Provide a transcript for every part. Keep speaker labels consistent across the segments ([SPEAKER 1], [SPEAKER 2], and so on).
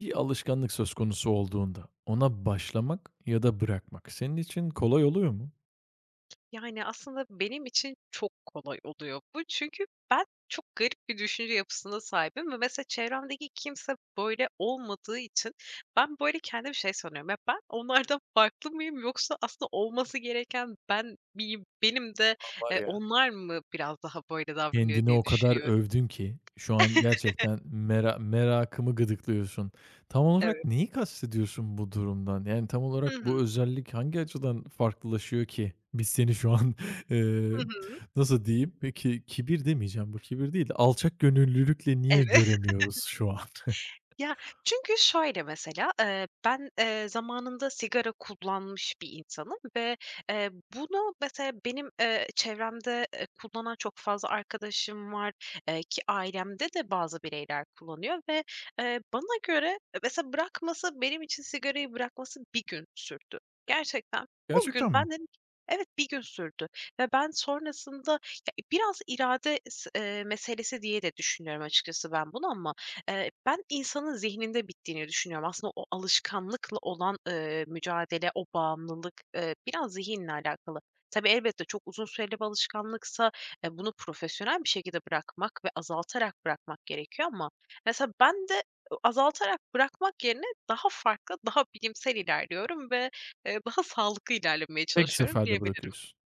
[SPEAKER 1] Bir alışkanlık söz konusu olduğunda ona başlamak ya da bırakmak senin için kolay oluyor mu?
[SPEAKER 2] Yani, aslında benim için çok kolay oluyor bu. Çünkü ben çok garip bir düşünce yapısına sahibim ve mesela çevremdeki kimse böyle olmadığı için ben, böyle, kendime şey sanıyorum, "Ya, ben onlardan farklı mıyım yoksa aslında olması gereken ben miyim? Benim de,
[SPEAKER 1] A, var ya.
[SPEAKER 2] onlar mı biraz daha böyle davranıyor?"
[SPEAKER 1] Kendini
[SPEAKER 2] diye
[SPEAKER 1] o kadar
[SPEAKER 2] düşünüyorum.
[SPEAKER 1] övdün ki şu an gerçekten merakımı gıdıklıyorsun. Tam
[SPEAKER 2] Evet.
[SPEAKER 1] olarak neyi kastediyorsun bu durumdan? Yani tam
[SPEAKER 2] Hı
[SPEAKER 1] olarak
[SPEAKER 2] hı.
[SPEAKER 1] bu özellik hangi açıdan farklılaşıyor ki? Biz seni şu an,
[SPEAKER 2] Hı
[SPEAKER 1] eee,
[SPEAKER 2] hı.
[SPEAKER 1] nasıl diyeyim? Peki, kibir demeyeceğim, bu kibir değil de alçakgönüllülükle niye
[SPEAKER 2] Evet.
[SPEAKER 1] göremiyoruz şu an?
[SPEAKER 2] Ya, çünkü şöyle mesela, ben, zamanında sigara kullanmış bir insanım ve, bunu mesela benim, çevremde, kullanan çok fazla arkadaşım var, ki ailemde de bazı bireyler kullanıyor ve, bana göre mesela benim için sigarayı bırakması bir gün sürdü. Gerçekten o gün
[SPEAKER 1] Gerçekten mi?
[SPEAKER 2] ben dedim ki, evet, bir gün sürdü ve ben sonrasında ya, biraz irade s meselesi diye de düşünüyorum açıkçası ben bunu ama ben insanın zihninde bittiğini düşünüyorum. Aslında o alışkanlıkla olan, mücadele, o bağımlılık, biraz zihinle alakalı. Tabii, elbette çok uzun süreli bir alışkanlıksa, bunu profesyonel bir şekilde bırakmak ve azaltarak bırakmak gerekiyor ama mesela ben de azaltarak bırakmak yerine daha farklı, daha bilimsel ilerliyorum ve, daha sağlıklı ilerlemeye
[SPEAKER 1] Tek
[SPEAKER 2] çalışıyorum
[SPEAKER 1] seferde
[SPEAKER 2] diyebilirim.
[SPEAKER 1] bırakıyorsun.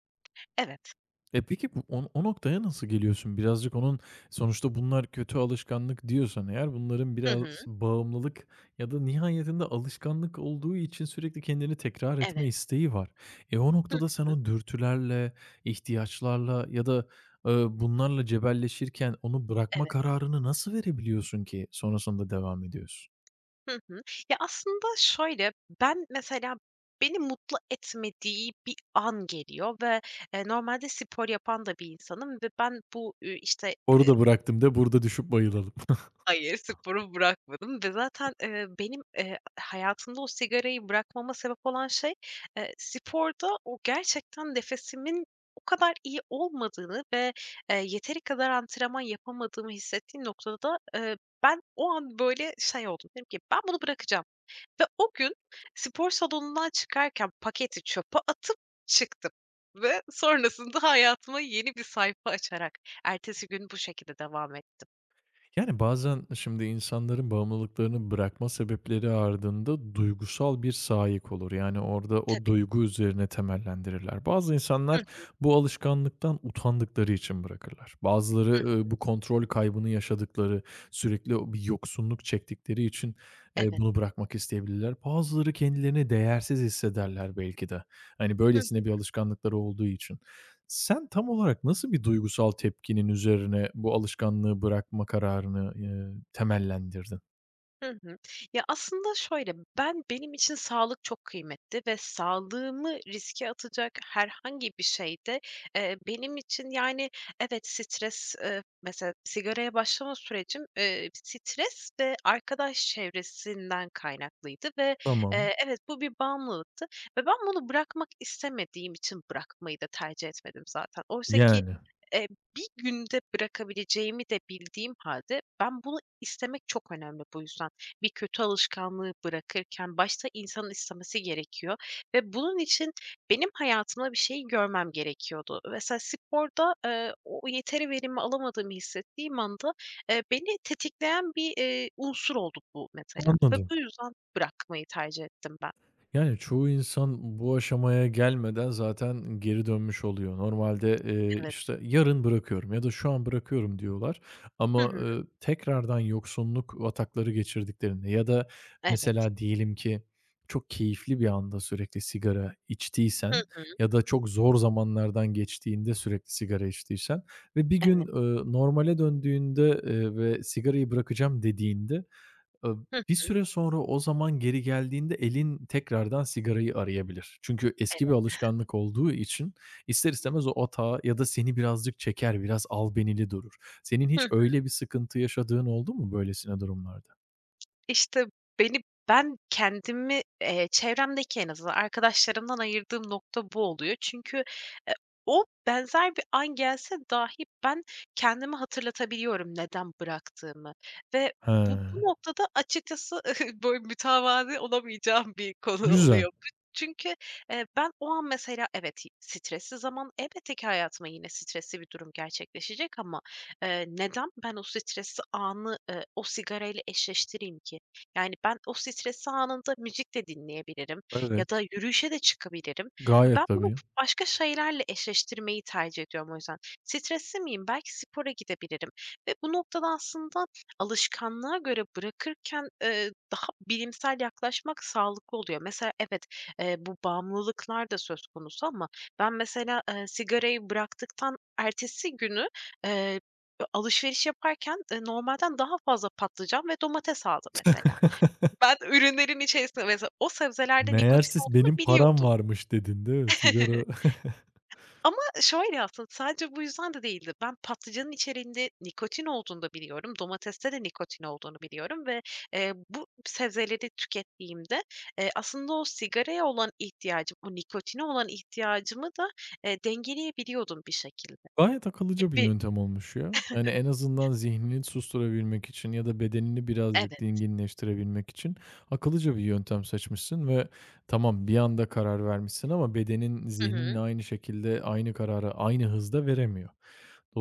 [SPEAKER 2] Evet.
[SPEAKER 1] E, peki bu o noktaya nasıl geliyorsun? Birazcık onun sonuçta bunlar kötü alışkanlık diyorsan eğer bunların
[SPEAKER 2] Hı hı.
[SPEAKER 1] biraz bağımlılık ya da nihayetinde alışkanlık olduğu için sürekli kendini tekrar etme
[SPEAKER 2] Evet.
[SPEAKER 1] isteği var. E, o
[SPEAKER 2] Hı
[SPEAKER 1] noktada sen
[SPEAKER 2] hı.
[SPEAKER 1] o dürtülerle, ihtiyaçlarla ya da, bunlarla cebelleşirken onu bırakma
[SPEAKER 2] Evet.
[SPEAKER 1] kararını nasıl verebiliyorsun ki sonrasında devam ediyorsun?
[SPEAKER 2] Hı hı. Ya, aslında şöyle, ben mesela beni mutlu etmediği bir an geliyor ve, normalde spor yapan da bir insanım ve ben eee,
[SPEAKER 1] Orada bıraktım de burada düşüp bayılalım.
[SPEAKER 2] hayır, sporu bırakmadım ve zaten, benim, hayatımda o sigarayı bırakmama sebep olan şey, sporda o gerçekten nefesimin o kadar iyi olmadığını ve, yeteri kadar antrenman yapamadığımı hissettiğim noktada da, ben o an böyle şey oldum. Dedim ki ben bunu bırakacağım. Ve o gün spor salonundan çıkarken paketi çöpe atıp çıktım ve sonrasında hayatıma yeni bir sayfa açarak ertesi gün bu şekilde devam ettim.
[SPEAKER 1] Yani, bazen şimdi insanların bağımlılıklarını bırakma sebepleri ardında duygusal bir sağyık olur. Yani, orada o
[SPEAKER 2] Tabii.
[SPEAKER 1] duygu üzerine temellendirirler. Bazı insanlar
[SPEAKER 2] Hı
[SPEAKER 1] bu alışkanlıktan utandıkları için bırakırlar. Bazıları,
[SPEAKER 2] hı.
[SPEAKER 1] bu kontrol kaybını yaşadıkları, sürekli o bir yoksunluk çektikleri için,
[SPEAKER 2] Evet.
[SPEAKER 1] bunu bırakmak isteyebilirler. Bazıları kendilerini değersiz hissederler belki de. Hani, böylesine bir alışkanlıkları olduğu için. Sen tam olarak nasıl bir duygusal tepkinin üzerine bu alışkanlığı bırakma kararını, temellendirdin?
[SPEAKER 2] Hı hı. Ya, aslında şöyle, benim için sağlık çok kıymetli ve sağlığımı riske atacak herhangi bir şeyde de, benim için, yani, evet, stres, mesela sigaraya başlama sürecim, stres ve arkadaş çevresinden kaynaklıydı ve,
[SPEAKER 1] Tamam.
[SPEAKER 2] evet, bu bir bağımlılıktı ve ben bunu bırakmak istemediğim için bırakmayı da tercih etmedim zaten. Oysa ki,
[SPEAKER 1] Yani.
[SPEAKER 2] eee, bir günde bırakabileceğimi de bildiğim halde ben bunu istemek çok önemli bu yüzden bir kötü alışkanlığı bırakırken başta insanın istemesi gerekiyor ve bunun için benim hayatımda bir şey görmem gerekiyordu. Mesela sporda, o yeteri verimi alamadığımı hissettiğim anda, beni tetikleyen bir, unsur oldu bu mesela ve
[SPEAKER 1] Anladım.
[SPEAKER 2] bu yüzden bırakmayı tercih ettim ben.
[SPEAKER 1] Yani, çoğu insan bu aşamaya gelmeden zaten geri dönmüş oluyor. Normalde,
[SPEAKER 2] Evet.
[SPEAKER 1] işte, "Yarın bırakıyorum." ya da "Şu an bırakıyorum." diyorlar
[SPEAKER 2] Hı
[SPEAKER 1] ama,
[SPEAKER 2] hı.
[SPEAKER 1] tekrardan yoksunluk atakları geçirdiklerinde ya da
[SPEAKER 2] Evet.
[SPEAKER 1] mesela diyelim ki çok keyifli bir anda sürekli sigara
[SPEAKER 2] Hı
[SPEAKER 1] içtiysen
[SPEAKER 2] hı.
[SPEAKER 1] ya da çok zor zamanlardan geçtiğinde sürekli sigara içtiysen ve bir
[SPEAKER 2] Evet.
[SPEAKER 1] gün, normale döndüğünde, ve sigarayı bırakacağım dediğinde Iıı,
[SPEAKER 2] Hıh.
[SPEAKER 1] bir süre sonra o zaman geri geldiğinde elin tekrardan sigarayı arayabilir. Çünkü eski bir
[SPEAKER 2] Evet.
[SPEAKER 1] alışkanlık olduğu için ister istemez o atağa ya da seni birazcık çeker, biraz albenili durur. Senin hiç
[SPEAKER 2] Hı.
[SPEAKER 1] öyle bir sıkıntı yaşadığın oldu mu böylesine durumlarda?
[SPEAKER 2] İşte, beni ben kendimi, çevremdeki en azından arkadaşlarımdan ayırdığım nokta bu oluyor. Çünkü, eee, o benzer bir an gelse dahi ben kendime hatırlatabiliyorum neden bıraktığımı ve bu
[SPEAKER 1] He,
[SPEAKER 2] noktada açıkçası böyle mütevazi olamayacağım bir konu
[SPEAKER 1] güzel.
[SPEAKER 2] oluyor. Çünkü, ben o an mesela evet, stresli zaman elbette ki hayatıma yine stresli bir durum gerçekleşecek ama, neden ben o stresli anı, o sigarayla eşleştireyim ki? Yani, ben o stresli anında müzik de dinleyebilirim ya
[SPEAKER 1] Evet,
[SPEAKER 2] da yürüyüşe de çıkabilirim. Ben
[SPEAKER 1] gayet
[SPEAKER 2] bunu
[SPEAKER 1] tabii.
[SPEAKER 2] başka şeylerle eşleştirmeyi tercih ediyorum o yüzden. Stresli miyim? Belki spora gidebilirim ve bu noktada aslında alışkanlığa göre bırakırken, daha bilimsel yaklaşmak sağlıklı oluyor. Mesela evet, bu bağımlılıklar da söz konusu ama ben mesela, sigarayı bıraktıktan ertesi günü, eee, alışveriş yaparken, normalden daha fazla patlıcan ve domates aldım mesela. Ben ürünlerin içerisinde mesela o sebzelerde
[SPEAKER 1] "Meğer
[SPEAKER 2] nikotin
[SPEAKER 1] siz
[SPEAKER 2] olduğunu
[SPEAKER 1] benim param
[SPEAKER 2] biliyordum.
[SPEAKER 1] varmış." dedin, değil mi? Sigara
[SPEAKER 2] Ama şöyle aslında sadece bu yüzden de değildi. Ben patlıcanın içeriğinde nikotin olduğunu da biliyorum. Domateste de nikotin olduğunu biliyorum ve, bu sebzeleri tükettiğimde, aslında o sigaraya olan ihtiyacım, o nikotine olan ihtiyacımı da, dengeleyebiliyordum bir şekilde
[SPEAKER 1] Gayet akıllıca bir
[SPEAKER 2] gibi.
[SPEAKER 1] yöntem olmuş ya. Yani, en azından zihnini susturabilmek için ya da bedenini birazcık
[SPEAKER 2] Evet.
[SPEAKER 1] dinginleştirebilmek için akıllıca bir yöntem seçmişsin ve tamam, bir anda karar vermişsin ama bedenin
[SPEAKER 2] Hı hı.
[SPEAKER 1] zihninle aynı şekilde aynı kararı aynı hızda veremiyor.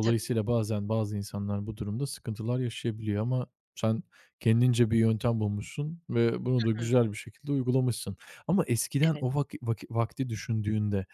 [SPEAKER 2] Tabii.
[SPEAKER 1] bazen bazı insanlar bu durumda sıkıntılar yaşayabiliyor ama sen kendince bir yöntem bulmuşsun ve
[SPEAKER 2] Hı
[SPEAKER 1] bunu da
[SPEAKER 2] hı.
[SPEAKER 1] güzel bir şekilde uygulamışsın. Ama eskiden
[SPEAKER 2] Evet.
[SPEAKER 1] o vaki vaki vakti düşündüğünde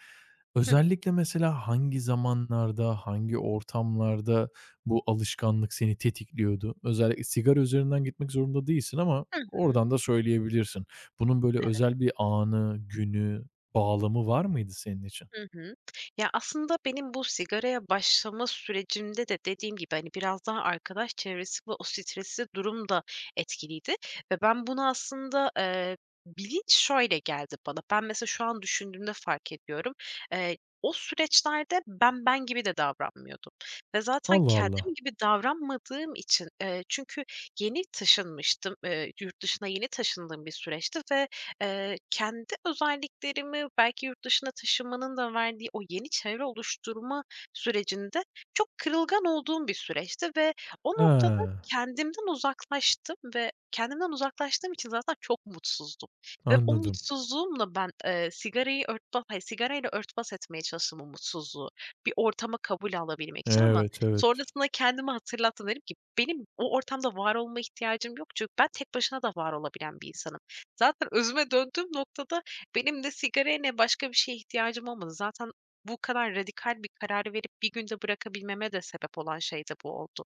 [SPEAKER 2] Hı hı.
[SPEAKER 1] özellikle mesela hangi zamanlarda, hangi ortamlarda bu alışkanlık seni tetikliyordu? Özellikle sigara üzerinden gitmek zorunda değilsin ama
[SPEAKER 2] Hı hı.
[SPEAKER 1] oradan da söyleyebilirsin. Bunun böyle özel bir anı, günü, bağlamı var mıydı senin için?
[SPEAKER 2] Hı hı. Ya, aslında benim bu sigaraya başlama sürecimde de dediğim gibi, hani, biraz daha arkadaş çevresi ve o stresli durum da etkiliydi ve ben bunu aslında, bilinç şöyle geldi bana. Ben mesela şu an düşündüğümde fark ediyorum. O süreçlerde ben gibi de davranmıyordum ve zaten
[SPEAKER 1] Allah Allah.
[SPEAKER 2] kendim gibi davranmadığım için, çünkü yeni taşınmıştım, yurt dışına yeni taşındığım bir süreçti ve kendi özelliklerimi belki yurt dışına taşınmanın da verdiği o yeni çevre oluşturma sürecinde çok kırılgan olduğum bir süreçti ve o noktada
[SPEAKER 1] He,
[SPEAKER 2] kendimden uzaklaştım ve kendimden uzaklaştığım için zaten çok mutsuzdum ve o
[SPEAKER 1] anladım.
[SPEAKER 2] mutsuzluğumla ben, sigarayı örtbas hayır, sigarayla örtbas etmeye çalıştım o mutsuzluğu bir ortama kabul alabilmek için ama
[SPEAKER 1] Evet, evet.
[SPEAKER 2] sonrasında kendime hatırlattım. Dedim ki, "Benim o ortamda var olma ihtiyacım yok çünkü ben tek başına da var olabilen bir insanım. Zaten özüme döndüğüm noktada benim ne sigaraya ne başka bir şeye ihtiyacım olmadı. Zaten bu kadar radikal bir kararı verip bir günde bırakabilmeme de sebep olan şey de bu oldu."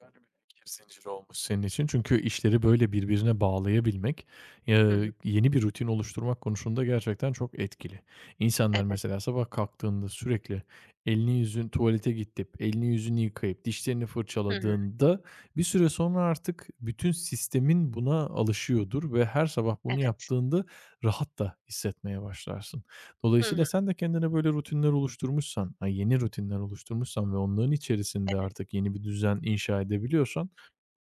[SPEAKER 1] Böyle bir fikir zinciri olmuş senin için. Çünkü işleri böyle birbirine bağlayabilmek,
[SPEAKER 2] Hı hı.
[SPEAKER 1] yeni bir rutin oluşturmak konusunda gerçekten çok etkili. İnsanlar
[SPEAKER 2] Evet.
[SPEAKER 1] mesela sabah kalktığında sürekli elini yüzün tuvalete gidip, elini yüzünü yıkayıp, dişlerini
[SPEAKER 2] Hı hı.
[SPEAKER 1] fırçaladığında bir süre sonra artık bütün sistemin buna alışıyordur ve her sabah bunu
[SPEAKER 2] Evet.
[SPEAKER 1] yaptığında rahat da hissetmeye başlarsın.
[SPEAKER 2] Hı
[SPEAKER 1] Dolayısıyla
[SPEAKER 2] hı.
[SPEAKER 1] sen de kendine böyle rutinler oluşturmuşsan, ha, yeni rutinler oluşturmuşsan ve onların içerisinde artık yeni bir düzen inşa edebiliyorsan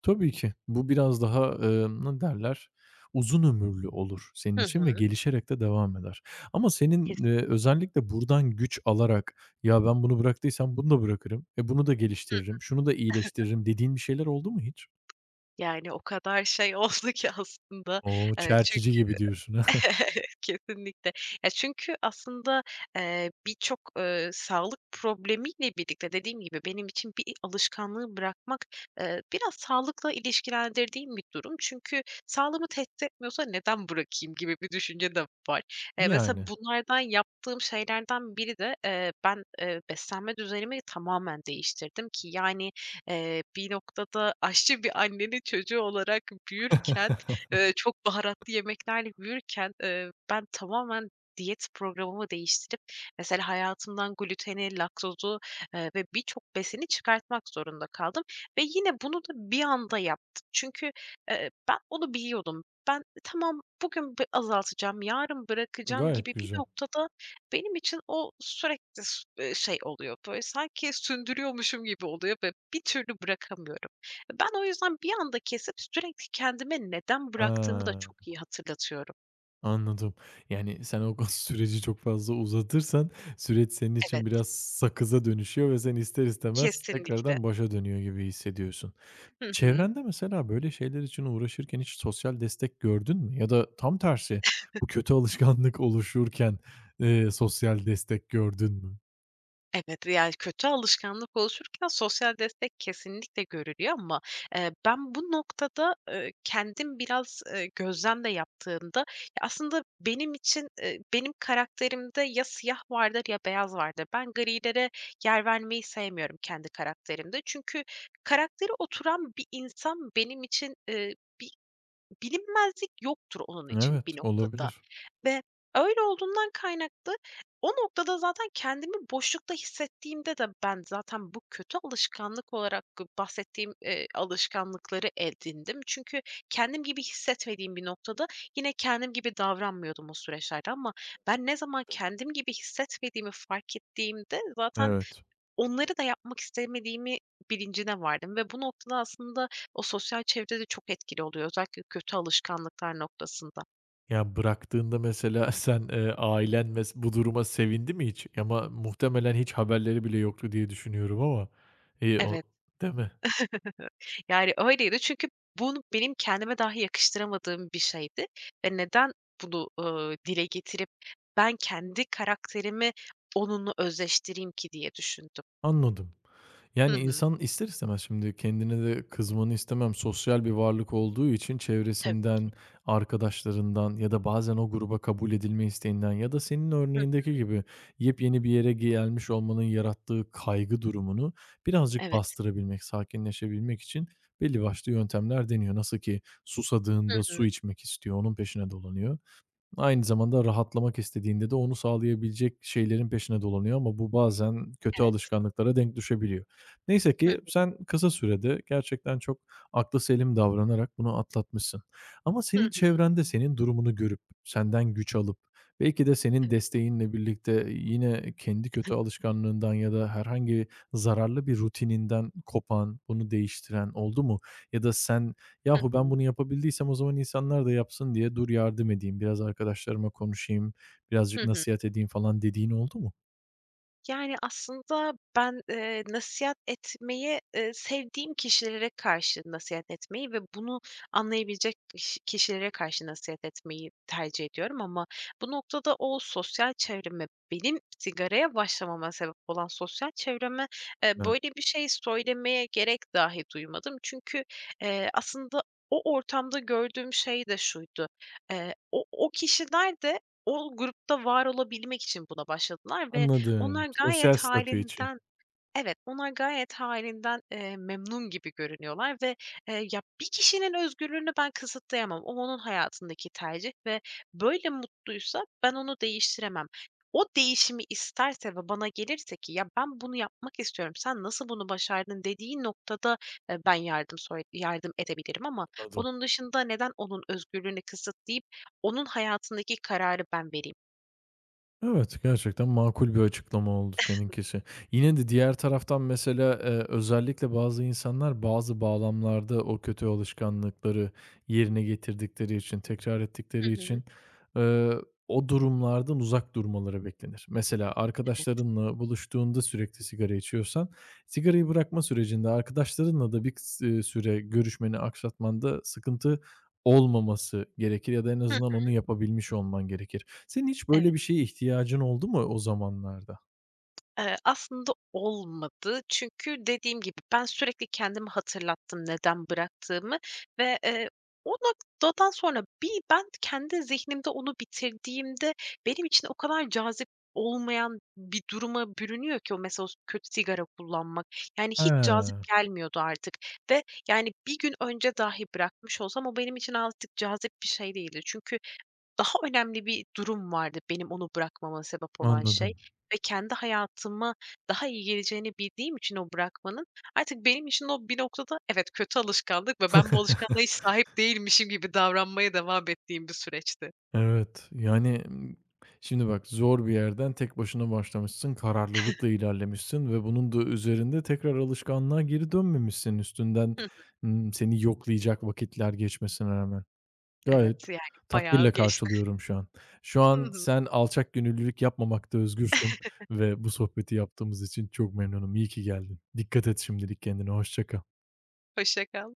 [SPEAKER 1] tabii ki bu biraz daha, ne derler, uzun ömürlü olur senin
[SPEAKER 2] Hı
[SPEAKER 1] için ve
[SPEAKER 2] hı.
[SPEAKER 1] gelişerek de devam eder. Ama senin,
[SPEAKER 2] Kesin.
[SPEAKER 1] özellikle buradan güç alarak "Ya, ben bunu bıraktıysam bunu da bırakırım, e, bunu da geliştiririm, şunu da iyileştiririm." dediğin bir şeyler oldu mu hiç?
[SPEAKER 2] Yani o kadar şey oldu ki aslında,
[SPEAKER 1] O!
[SPEAKER 2] çün
[SPEAKER 1] Çerçici gibi diyorsun.
[SPEAKER 2] kesinlikle. Ya, çünkü aslında, birçok, sağlık problemiyle birlikte dediğim gibi benim için bir alışkanlığı bırakmak, biraz sağlıkla ilişkilendirdiğim bir durum. Çünkü sağlığımı tehdit etmiyorsa neden bırakayım gibi bir düşünce de var. Mesela
[SPEAKER 1] Yani.
[SPEAKER 2] bunlardan yaptığım şeylerden biri de, ben, beslenme düzenimi tamamen değiştirdim ki yani, bir noktada aşçı bir annenin çocuğu olarak büyürken, çok baharatlı yemeklerle büyürken, ben tamamen diyet programımı değiştirip mesela hayatımdan gluteni, laktozu, ve birçok besini çıkartmak zorunda kaldım ve yine bunu da bir anda yaptım. Çünkü, ben onu biliyordum. Ben, tamam, bugün azaltacağım, yarın bırakacağım"
[SPEAKER 1] Gayet
[SPEAKER 2] gibi bir
[SPEAKER 1] güzel.
[SPEAKER 2] noktada benim için o sürekli s şey oluyor, böyle sanki sündürüyormuşum gibi oluyor ve bir türlü bırakamıyorum. Ben o yüzden bir anda kesip sürekli kendime neden bıraktığımı da
[SPEAKER 1] He.
[SPEAKER 2] çok iyi hatırlatıyorum.
[SPEAKER 1] Anladım. Yani, sen o süreci çok fazla uzatırsan süreç senin
[SPEAKER 2] Evet,
[SPEAKER 1] için biraz sakıza dönüşüyor ve sen ister istemez
[SPEAKER 2] kesinlikle.
[SPEAKER 1] tekrardan başa dönüyor gibi hissediyorsun.
[SPEAKER 2] Hı hı.
[SPEAKER 1] Çevrende mesela böyle şeyler için uğraşırken hiç sosyal destek gördün mü? Ya da tam tersi bu kötü alışkanlık oluşurken, sosyal destek gördün mü?
[SPEAKER 2] Evet, yani, kötü alışkanlık oluşurken sosyal destek kesinlikle görülüyor ama, ben bu noktada, kendim biraz, gözlem de yaptığımda ya, aslında benim için, benim karakterimde ya siyah vardır ya beyaz vardır. Ben grilere yer vermeyi sevmiyorum kendi karakterimde. Çünkü karakteri oturan bir insan benim için, bir bilinmezlik yoktur onun için
[SPEAKER 1] Evet,
[SPEAKER 2] bir noktada
[SPEAKER 1] olabilir.
[SPEAKER 2] ve öyle olduğundan kaynaklı o noktada zaten kendimi boşlukta hissettiğimde de ben zaten bu kötü alışkanlık olarak bahsettiğim, alışkanlıkları edindim. Çünkü kendim gibi hissetmediğim bir noktada yine kendim gibi davranmıyordum o süreçlerde ama ben ne zaman kendim gibi hissetmediğimi fark ettiğimde zaten
[SPEAKER 1] Evet.
[SPEAKER 2] onları da yapmak istemediğimi bilincine vardım ve bu noktada aslında o sosyal çevre de çok etkili oluyor, özellikle kötü alışkanlıklar noktasında.
[SPEAKER 1] Ya, bıraktığında mesela sen, ailen bu duruma sevindi mi hiç? Ama muhtemelen hiç haberleri bile yoktu diye düşünüyorum ama. İii, o
[SPEAKER 2] Evet.
[SPEAKER 1] değil mi?
[SPEAKER 2] Yani, öyleydi çünkü bunu benim kendime dahi yakıştıramadığım bir şeydi ve neden bunu dile getirip ben kendi karakterimi onunla özdeştireyim ki diye düşündüm.
[SPEAKER 1] Anladım.
[SPEAKER 2] Hı
[SPEAKER 1] Yani,
[SPEAKER 2] hı.
[SPEAKER 1] insan ister istemez şimdi kendine de kızmanı istemem. Sosyal bir varlık olduğu için
[SPEAKER 2] Tabii ki.
[SPEAKER 1] çevresinden, arkadaşlarından ya da bazen o gruba kabul edilme isteğinden ya da senin
[SPEAKER 2] Hı.
[SPEAKER 1] örneğindeki gibi yepyeni bir yere gelmiş olmanın yarattığı kaygı durumunu birazcık
[SPEAKER 2] Evet.
[SPEAKER 1] bastırabilmek, sakinleşebilmek için belli başlı yöntemler deniyor. Nasıl ki
[SPEAKER 2] Hı
[SPEAKER 1] susadığında
[SPEAKER 2] hı.
[SPEAKER 1] su içmek istiyor, onun peşine dolanıyor. Aynı zamanda rahatlamak istediğinde de onu sağlayabilecek şeylerin peşine dolanıyor ama bu bazen kötü
[SPEAKER 2] Evet.
[SPEAKER 1] alışkanlıklara denk düşebiliyor. Neyse ki sen kısa sürede gerçekten çok aklı selim davranarak bunu atlatmışsın. Ama
[SPEAKER 2] Hı
[SPEAKER 1] senin
[SPEAKER 2] hı.
[SPEAKER 1] çevrende senin durumunu görüp, senden güç alıp, belki de senin
[SPEAKER 2] Evet.
[SPEAKER 1] desteğinle birlikte yine kendi kötü alışkanlığından ya da herhangi zararlı bir rutininden kopan, bunu değiştiren oldu mu? Ya da sen
[SPEAKER 2] Hı
[SPEAKER 1] yahu ben
[SPEAKER 2] hı.
[SPEAKER 1] bunu yapabildiysem o zaman insanlar da yapsın diye dur yardım edeyim, biraz arkadaşlarıma konuşayım, birazcık
[SPEAKER 2] Hı hı.
[SPEAKER 1] nasihat edeyim falan dediğin oldu mu?
[SPEAKER 2] Yani, aslında ben, nasihat etmeyi, sevdiğim kişilere karşı nasihat etmeyi ve bunu anlayabilecek kişilere karşı nasihat etmeyi tercih ediyorum ama bu noktada o sosyal çevreme, benim sigaraya başlamama sebep olan sosyal çevreme,
[SPEAKER 1] Evet.
[SPEAKER 2] böyle bir şey söylemeye gerek dahi duymadım. Çünkü, aslında o ortamda gördüğüm şey de şuydu: o kişiler de o grupta var olabilmek için buna başladılar ve, onlar
[SPEAKER 1] Anladım.
[SPEAKER 2] gayet
[SPEAKER 1] Sosyal statü için.
[SPEAKER 2] hâlinden, evet, onlar gayet hâlinden, memnun gibi görünüyorlar ve, ya, bir kişinin özgürlüğünü ben kısıtlayamam. O onun hayatındaki tercih ve böyle mutluysa ben onu değiştiremem. O değişimi isterse ve bana gelirse ki, "Ya, ben bunu yapmak istiyorum, sen nasıl bunu başardın?" dediği noktada, ben yardım edebilirim ama
[SPEAKER 1] Anladım.
[SPEAKER 2] onun dışında neden onun özgürlüğünü kısıtlayıp onun hayatındaki kararı ben vereyim?
[SPEAKER 1] Evet, gerçekten makul bir açıklama oldu seninkisi. Yine de diğer taraftan mesela, özellikle bazı insanlar bazı bağlamlarda o kötü alışkanlıkları yerine getirdikleri için, tekrar
[SPEAKER 2] Hı
[SPEAKER 1] ettikleri
[SPEAKER 2] hı.
[SPEAKER 1] için, eee, o durumlardan uzak durmaları beklenir. Mesela
[SPEAKER 2] Evet.
[SPEAKER 1] arkadaşlarınla buluştuğunda sürekli sigara içiyorsan, sigarayı bırakma sürecinde arkadaşlarınla da bir kıs süre görüşmeni aksatmanda sıkıntı olmaması gerekir ya da en
[SPEAKER 2] Hıh.
[SPEAKER 1] azından onu yapabilmiş olman gerekir. Senin hiç böyle bir şeye ihtiyacın oldu mu o zamanlarda?
[SPEAKER 2] Aslında olmadı. Çünkü dediğim gibi ben sürekli kendimi hatırlattım neden bıraktığımı ve, o noktadan sonra bir ben kendi zihnimde onu bitirdiğimde benim için o kadar cazip olmayan bir duruma bürünüyor ki o mesela o kötü sigara kullanmak. Yani
[SPEAKER 1] He,
[SPEAKER 2] hiç cazip gelmiyordu artık ve yani bir gün önce dahi bırakmış olsam o benim için artık cazip bir şey değildi. Çünkü daha önemli bir durum vardı benim onu bırakmama sebep olan şey
[SPEAKER 1] anladım.
[SPEAKER 2] ve kendi hayatıma daha iyi geleceğini bildiğim için o bırakmanın artık benim için o bir noktada evet, kötü alışkanlık ve ben bu alışkanlığa hiç sahip değilmişim gibi davranmaya devam ettiğim bir süreçti.
[SPEAKER 1] Evet, yani, şimdi bak zor bir yerden tek başına başlamışsın, kararlılıkla ilerlemişsin ve bunun da üzerinde tekrar alışkanlığa geri dönmemişsin üstünden,
[SPEAKER 2] Hı hı.
[SPEAKER 1] seni yoklayacak vakitler geçmesine rağmen.
[SPEAKER 2] Evet,
[SPEAKER 1] Gayet
[SPEAKER 2] yani bayağı
[SPEAKER 1] takdirle
[SPEAKER 2] geçti.
[SPEAKER 1] karşılıyorum şu an. Şu
[SPEAKER 2] Hı
[SPEAKER 1] an
[SPEAKER 2] hı.
[SPEAKER 1] sen alçak gönüllülük yapmamakta özgürsün ve bu sohbeti yaptığımız için çok memnunum. İyi ki geldin. Dikkat et şimdilik kendine, hoşça kal.
[SPEAKER 2] Hoşça kal.